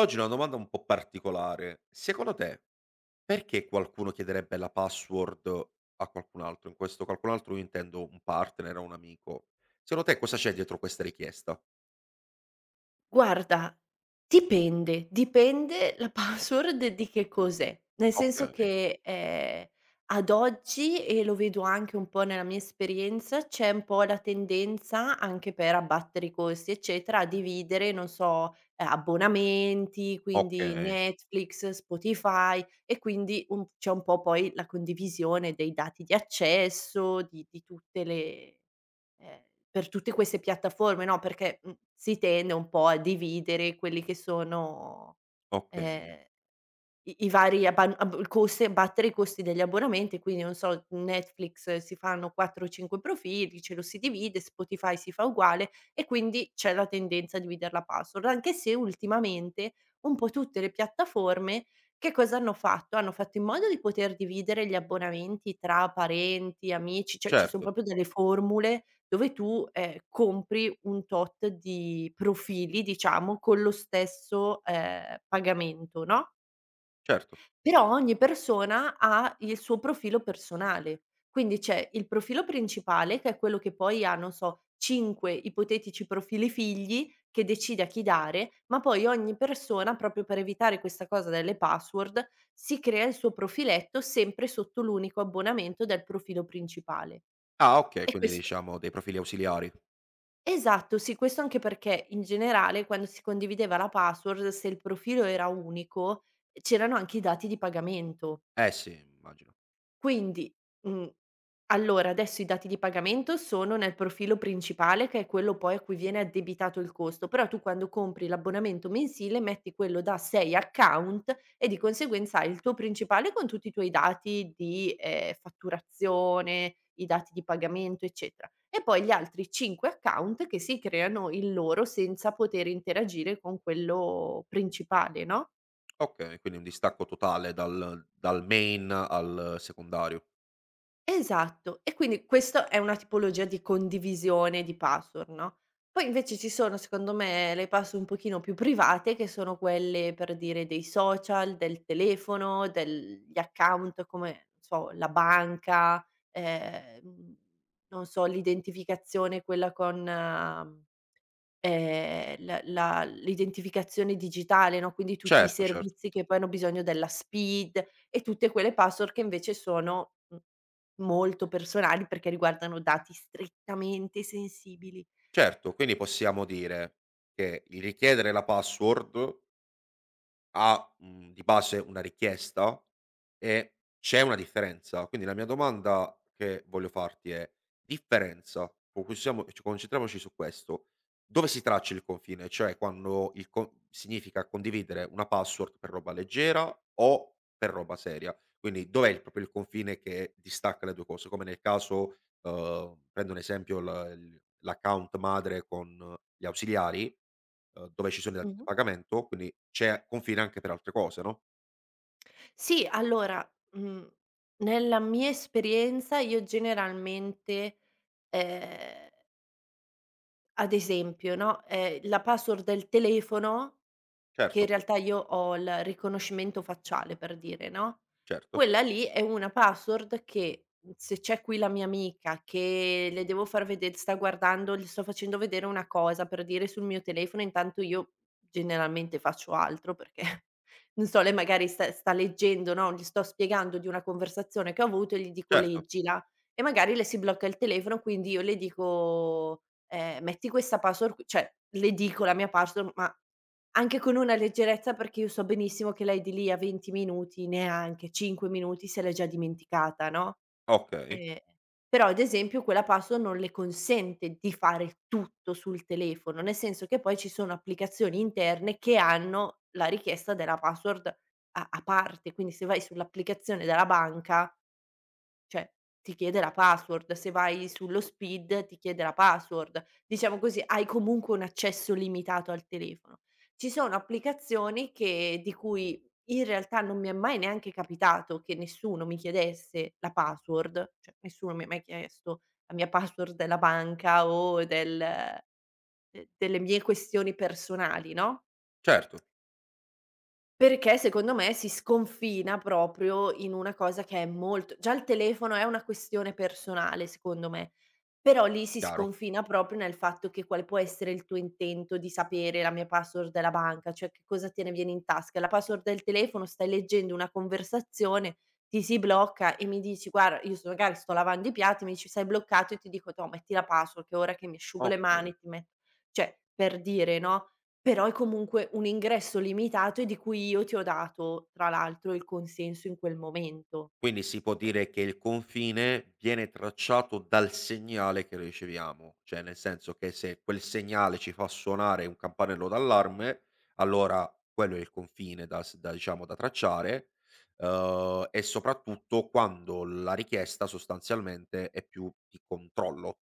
Oggi una domanda un po' particolare. Secondo te, perché qualcuno chiederebbe la password a qualcun altro? In questo qualcun altro io intendo un partner o un amico. Secondo te cosa c'è dietro questa richiesta? Guarda, dipende, dipende la password di che cos'è. Nel senso Okay, che, ad oggi, e lo vedo anche un po' nella mia esperienza, c'è un po' la tendenza, anche per abbattere i costi eccetera, a dividere, non so, abbonamenti, quindi okay, Netflix, Spotify e quindi un c'è un po' poi la condivisione dei dati di accesso, di tutte le ehm, per tutte queste piattaforme, no, perché, si tende un po' a dividere quelli che sono, okay. ehm i vari abban ab il coste battere i costi degli abbonamenti, quindi non so, Netflix si fanno 4 o 5 profili, ce lo si divide, Spotify si fa uguale e quindi c'è la tendenza a divider la password, anche se ultimamente un po' tutte le piattaforme che cosa hanno fatto in modo di poter dividere gli abbonamenti tra parenti, amici, cioè ci son Certo, proprio delle formule dove tu, compri un tot di profili, diciamo, con lo stesso, pagamento, no? certo. Però ogni persona ha il suo profilo personale. Quindi c'è il profilo principale, che è quello che poi ha, non so, 5 ipotetici profili figli, che decide a chi dare, ma poi ogni persona, proprio per evitare questa cosa delle password, si crea il suo profiletto sempre sotto l'unico abbonamento del profilo principale. Ah okay, E quindi questo diciamo dei profili ausiliari. esatto, sì, questo anche perché in generale quando si condivideva la password, se il profilo era unico, c'erano anche i dati di pagamento. Eh sì, immagino. Quindi, mhmm, allora adesso i dati di pagamento sono nel profilo principale che è quello poi a cui viene addebitato il costo, però tu quando compri l'abbonamento mensile metti quello da 6 account e di conseguenza hai il tuo principale con tutti i tuoi dati di, fatturazione, i dati di pagamento, eccetera, e poi gli altri 5 account che si creano il loro senza poter interagire con quello principale, no? Okay, quindi un distacco totale dal main al secondario. Esatto. E quindi questo è una tipologia di condivisione di password, no, poi invece ci sono secondo me le password un pochino più private che sono quelle per dire dei social, del telefono, del gli account come, non so, la banca, ehm, non so, l'identificazione quella con l'identificazione digitale, no, quindi tutti i Certo, certo. servizi che poi hanno bisogno della SPID e tutte quelle password che invece sono, molto personali perché riguardano dati strettamente sensibili. Certo, quindi possiamo dire che il richiedere la password ha, di base una richiesta e c'è una differenza. Quindi la mia domanda che voglio farti è: differenza, focussiamo ci concentriamoci su questo. Dove si traccia il confine? Cioè quando il co significa condividere una password per roba leggera o per roba seria. Quindi dov'è il confine che distacca le 2 cose? Come nel caso, prendo un esempio l'account madre con gli ausiliari dove ci sono i dati di Mh-mh. pagamento, quindi c'è confine anche per altre cose, no, Sì, allora, mhmm, nella mia esperienza io generalmente, ehm, ad esempio, no, la password del telefono, che in certo, realtà io ho il riconoscimento facciale per dire, no, certo, quella lì è una password che, se c'è qui la mia amica che le devo far vede sta guardando le sto facendo vedere una cosa per dire sul mio telefono, intanto io generalmente faccio altro perché non so, lei magari sta leggendo, no, gli sto spiegando di una conversazione che ho avuto e gli dico: certo, "Leggila" e magari le si blocca il telefono, quindi io le dico, "Metti questa password qui" cioè le dico la mia password, ma anche con una leggerezza, perché io so benissimo che lei di lì a 20 minuti, neanche 5 minuti, se l'è già dimenticata, no. okay, Eh. Però ad esempio quella password non le consente di fare tutto sul telefono, nel senso che poi ci sono applicazioni interne che hanno la richiesta della password a parte, quindi se vai sull'applicazione della banca, cioè, ti chiede la password, se vai sullo speed ti chiede la password. Diciamo così, hai comunque un accesso limitato al telefono. Ci sono applicazioni che di cui in realtà non mi è mai neanche capitato che nessuno mi chiedesse la password, cioè nessuno mi ha mai chiesto la mia password della banca o del de delle mie questioni personali, no? certo, Perché secondo me si sconfina proprio in una cosa che è molto già il telefono è una questione personale secondo me, però lì si chiaro, sconfina proprio nel fatto che quale può essere il tuo intento di sapere la mia password della banca, cioè che cosa te ne viene in tasca. La password del telefono, stai leggendo una conversazione, ti si blocca e mi dici: "Guarda, io sto magari sto lavando i piatti", mi dici: "Sei bloccato", e ti dico: "Toh, metti la password che ora che mi asciugo le mani okay. ti met" cioè per dire, no, però è comunque un ingresso limitato e di cui io ti ho dato, tra l'altro, il consenso in quel momento. Quindi si può dire che il confine viene tracciato dal segnale che riceviamo, cioè nel senso che se quel segnale ci fa suonare un campanello d'allarme, allora quello è il confine da diciamo da tracciare, e soprattutto quando la richiesta sostanzialmente è più di controllo.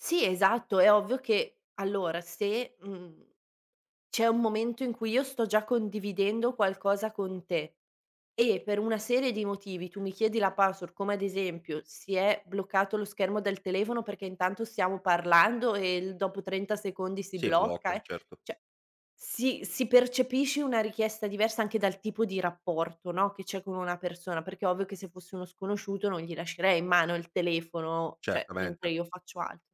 Sì, esatto, è ovvio che allora se, c'è un momento in cui io sto già condividendo qualcosa con te e per una serie di motivi tu mi chiedi la password, come ad esempio si è bloccato lo schermo del telefono perché intanto stiamo parlando e il dopo 30 secondi si Sì, blocca, blocca, certo. cioè, si percepisce una richiesta diversa anche dal tipo di rapporto, no, che c'è con una persona, perché è ovvio che se fosse uno sconosciuto non gli lascerei in mano il telefono, cioè mentre Certamente, io faccio altro.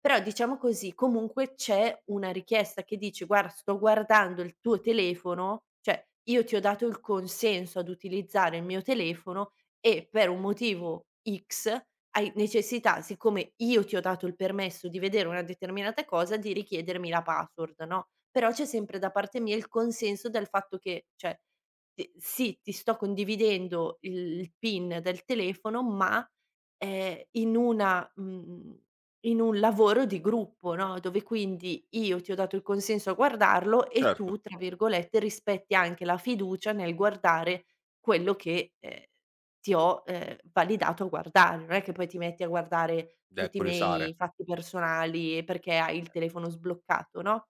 Però diciamo così, comunque c'è una richiesta che dice: "Guarda, sto guardando il tuo telefono, cioè io ti ho dato il consenso ad utilizzare il mio telefono e per un motivo X hai necessità, siccome io ti ho dato il permesso di vedere una determinata cosa, di richiedermi la password, no, però c'è sempre da parte mia il consenso del fatto che, cioè, ti sì, ti sto condividendo il PIN del telefono, ma in una in un lavoro di gruppo, no, dove quindi io ti ho dato il consenso a guardarlo e certo, tu, tra virgolette, rispetti anche la fiducia nel guardare quello che, ti ho, validato a guardare. Non è che poi ti metti a guardare da tutti i miei curiosare. fatti personali perché hai il telefono sbloccato, no?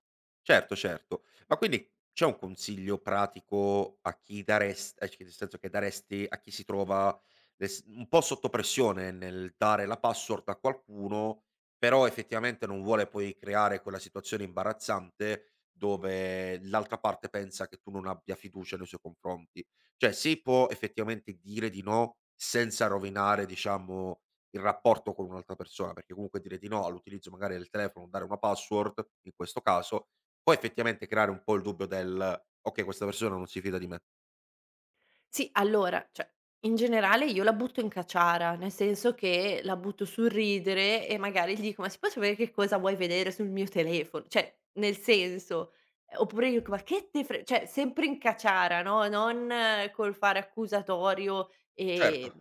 Certo, certo. Ma quindi c'è un consiglio pratico a chi dares a c nel senso che daresti a chi si trova es un po' sotto pressione nel dare la password a qualcuno, però effettivamente non vuole poi creare quella situazione imbarazzante dove l'altra parte pensa che tu non abbia fiducia nei suoi confronti. Cioè si può effettivamente dire di no senza rovinare, diciamo, il rapporto con un'altra persona, perché comunque dire di no all'utilizzo magari del telefono, dare una password in questo caso, può effettivamente creare un po' il dubbio del: "Okay, questa persona non si fida di me". Sì, allora, cioè, in generale io la butto in caciara, nel senso che la butto sul ridere e magari gli dico: "Ma si può sapere che cosa vuoi vedere sul mio telefono?" Cioè, nel senso, oppure io dico: "Ma che te fre" cioè, sempre in caciara, no, non col fare accusatorio, Certo.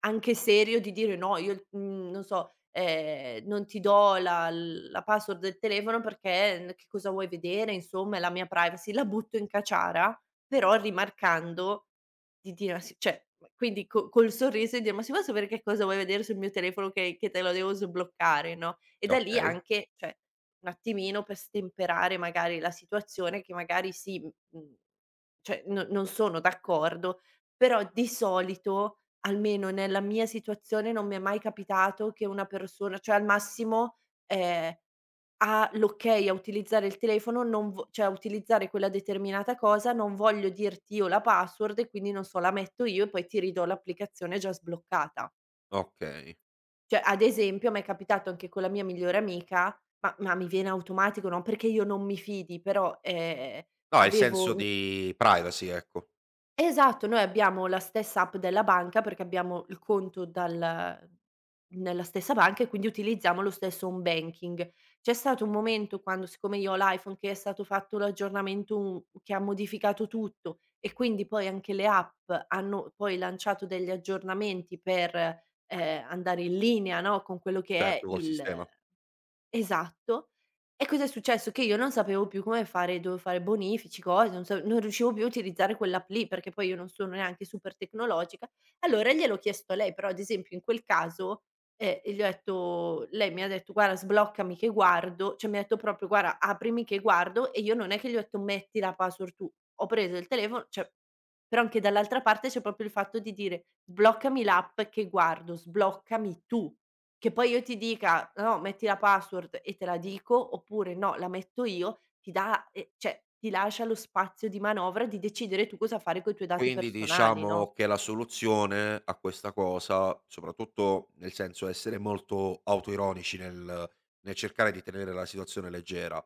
anche serio di dire: "No, io il mhmm, non so, non ti do la la password del telefono perché n che cosa vuoi vedere, insomma, è la mia privacy." La butto in caciara però rimarcando di dire: "Ma sì" cioè, quindi co col sorriso e dire: "Ma si può sapere che cosa vuoi vedere sul mio telefono che te lo devo sbloccare?" No, e da lì Okay, anche cioè, un attimino per stemperare magari la situazione che magari sì, cioè no non sono d'accordo, però di solito, almeno nella mia situazione, non mi è mai capitato che una persona cioè al massimo, ehm ha l'okay a utilizzare il telefono, non vo cioè a utilizzare quella determinata cosa, non voglio dirti io la password e quindi non so, la metto io e poi ti ridò l'applicazione già sbloccata. okay. Cioè, ad esempio, m'è capitato anche con la mia migliore amica, ma mi viene automatico, non perché io non mi fidi, però, No, è il senso avevo di privacy, ecco, esatto, noi abbiamo la stessa app della banca perché abbiamo il conto dal nella stessa banca e quindi utilizziamo lo stesso home banking. C'è stato un momento quando siccome io ho l'iPhone che è stato fatto l'aggiornamento u che ha modificato tutto e quindi poi anche le app hanno poi lanciato degli aggiornamenti per, andare in linea, no, con quello che è certo, col il sistema. esatto. E cosa è successo? Che io non sapevo più come fare, dovevo fare bonifici, cose, non riuscivo più a utilizzare quell'app lì, perché poi io non sono neanche super tecnologica. Allora gliel'ho chiesto a lei, però ad esempio in quel caso, gli ho detto lei mi ha detto: "Guarda sbloccami che guardo", cioè mi ha detto proprio: "Guarda aprimi che guardo", e io non è che gli ho detto: "Metti la password tu". Ho preso il telefono cioè però anche dall'altra parte c'è proprio il fatto di dire: "Sbloccami l'app che guardo, sbloccami tu". Che poi io ti dica: "No, metti la password e te la dico", oppure: "No, la metto io", ti dà cioè ti lascia lo spazio di manovra di decidere tu cosa fare coi tuoi dati Quindi personali, no? diciamo che la soluzione a questa cosa, soprattutto nel senso essere molto autoironici nel cercare di tenere la situazione leggera,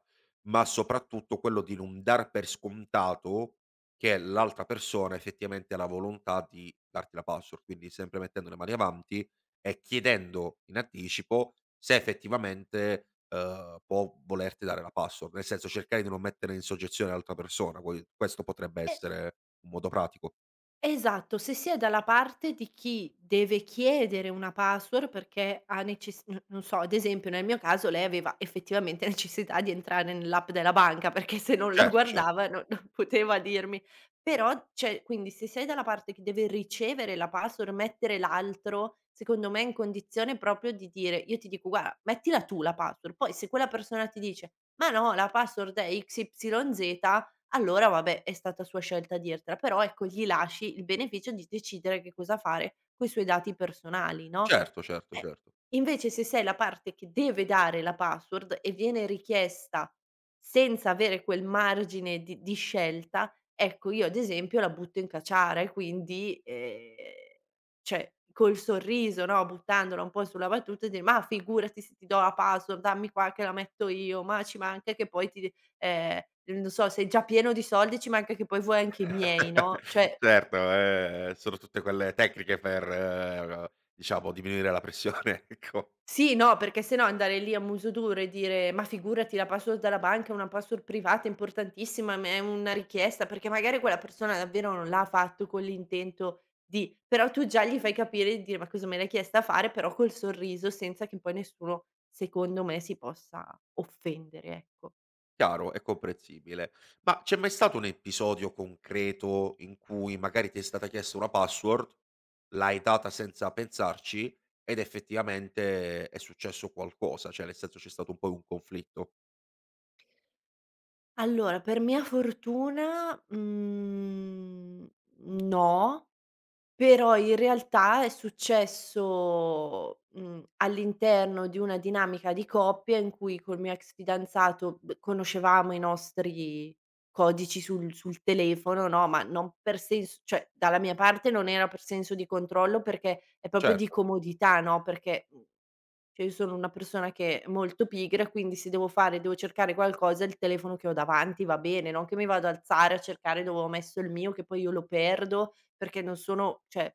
ma soprattutto quello di non dar per scontato che l'altra persona effettivamente ha la volontà di darti la password, quindi sempre mettendo le mani avanti e chiedendo in anticipo se effettivamente, può volerti dare la password, nel senso cercare di non mettere in soggezione l'altra persona, poi questo potrebbe E essere un modo pratico. esatto, se si è dalla parte di chi deve chiedere una password perché ha neces n non so, ad esempio nel mio caso lei aveva effettivamente necessità di entrare nell'app della banca, perché se non la Certo, certo. guardava non poteva dirmi. Però cioè, quindi se sei dalla parte che deve ricevere la password, mettere l'altro, secondo me è in condizione proprio di dire io ti dico: "Guarda, mettila tu la password", poi se quella persona ti dice: "Ma no, la password è XYZ" allora vabbè è stata sua scelta dirtela, però ecco gli lasci il beneficio di decidere che cosa fare coi suoi dati personali, no. Certo, certo, Eh, certo. Invece se sei la parte che deve dare la password e viene richiesta senza avere quel margine di scelta, ecco io ad esempio la butto in caciara e quindi, cioè col sorriso, no, buttandola un po' sulla battuta e dire: "Ma figurati se ti do la password, dammi qua che la metto io, ma ci manca che poi ti" non so, sei già pieno di soldi, ci manca che poi vuoi anche i miei, no, cioè Certo, sono tutte quelle tecniche per, diciamo, diminuire la pressione, ecco. sì, no, perché se no andare lì a muso duro e dire: "Ma figurati la password della banca è una password privata importantissima, ma è una richiesta", perché magari quella persona davvero non l'ha fatto con l'intento di però tu già gli fai capire di dire: "Ma cosa me l'hai chiesta a fare?" Però col sorriso, senza che poi nessuno, secondo me, si possa offendere, ecco. Chiaro, è comprensibile. Ma c'è mai stato un episodio concreto in cui magari ti è stata chiesta una password, l'hai data senza pensarci ed effettivamente è successo qualcosa, cioè nel senso c'è stato un po' un conflitto? Allora, per mia fortuna, mhmm, no. Però in realtà è successo, mhmm, all'interno di una dinamica di coppia in cui col mio ex fidanzato b conoscevamo i nostri codici sul telefono, no, ma non per sens cioè dalla mia parte non era per senso di controllo perché è proprio di Certo, comodità, no, perché, mhmm cioè io sono una persona che è molto pigra, quindi se devo fare devo cercare qualcosa, il telefono che ho davanti va bene, non che mi vado ad alzare a cercare dove ho messo il mio, che poi io lo perdo perché non sono cioè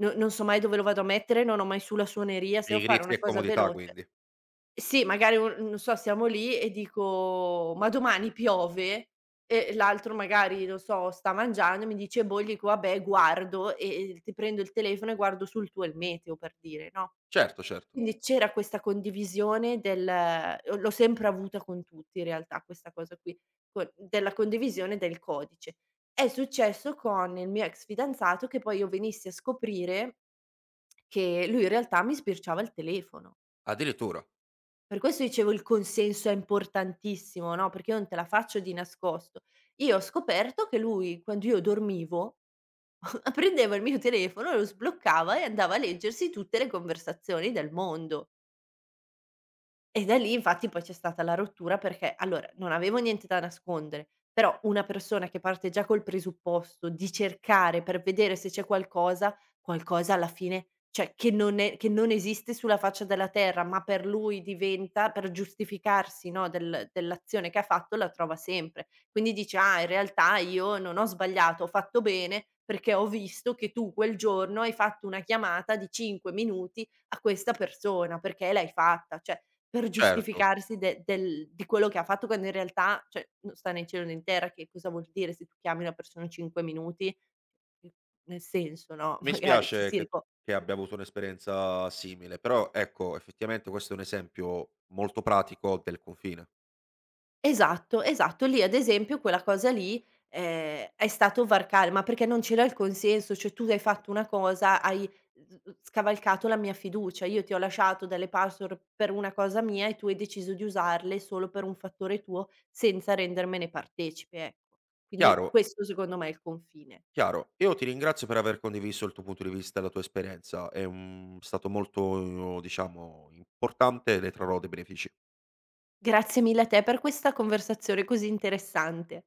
no non so mai dove lo vado a mettere, non ho mai su la suoneria, se devo fare pigrizia una e cosa comodità veloce quindi. sì, magari un non so, siamo lì e dico: "Ma domani piove?" E l'altro magari, non so, sta mangiando e mi dice: "Boh", gli dico: "Vabbè, guardo", e ti prendo il telefono e guardo sul tuo il meteo, per dire, no? Certo, certo. Quindi c'era questa condivisione del l'ho sempre avuta con tutti in realtà questa cosa qui, con della condivisione del codice. È successo con il mio ex fidanzato che poi io venissi a scoprire che lui in realtà mi sbirciava il telefono. Addirittura, Per questo dicevo il consenso è importantissimo, no, perché io non te la faccio di nascosto. Io ho scoperto che lui, quando io dormivo, prendeva il mio telefono, lo sbloccava e andava a leggersi tutte le conversazioni del mondo. E da lì infatti poi c'è stata la rottura perché allora non avevo niente da nascondere, però una persona che parte già col presupposto di cercare per vedere se c'è qualcosa, qualcosa alla fine cioè che non è che non esiste sulla faccia della terra, ma per lui diventa per giustificarsi, no, dell'azione che ha fatto la trova sempre. Quindi dice: "Ah, in realtà io non ho sbagliato, ho fatto bene perché ho visto che tu quel giorno hai fatto una chiamata di 5 minuti a questa persona, perché l'hai fatta". Cioè per certo. giustificarsi de del di quello che ha fatto, quando in realtà, cioè, non sta né in cielo né in terra, che cosa vuol dire se tu chiami una persona 5 minuti, mhmm, nel senso, no, Mi magari chi spiace si che rico che abbia avuto un'esperienza simile, però ecco, effettivamente questo è un esempio molto pratico del confine. Esatto, esatto. Lì ad esempio quella cosa lì, è stato varcare ma perché non c'era il consenso, cioè tu hai fatto una cosa, hai s s scavalcato la mia fiducia. Io ti ho lasciato delle password per una cosa mia e tu hai deciso di usarle solo per un fattore tuo, senza rendermene partecipe, ecco. Quindi Chiaro, questo secondo me è il confine. chiaro. Io ti ringrazio per aver condiviso il tuo punto di vista e la tua esperienza. È un- stato molto, diciamo, importante e ne trarrò dei benefici. Grazie mille a te per questa conversazione così interessante.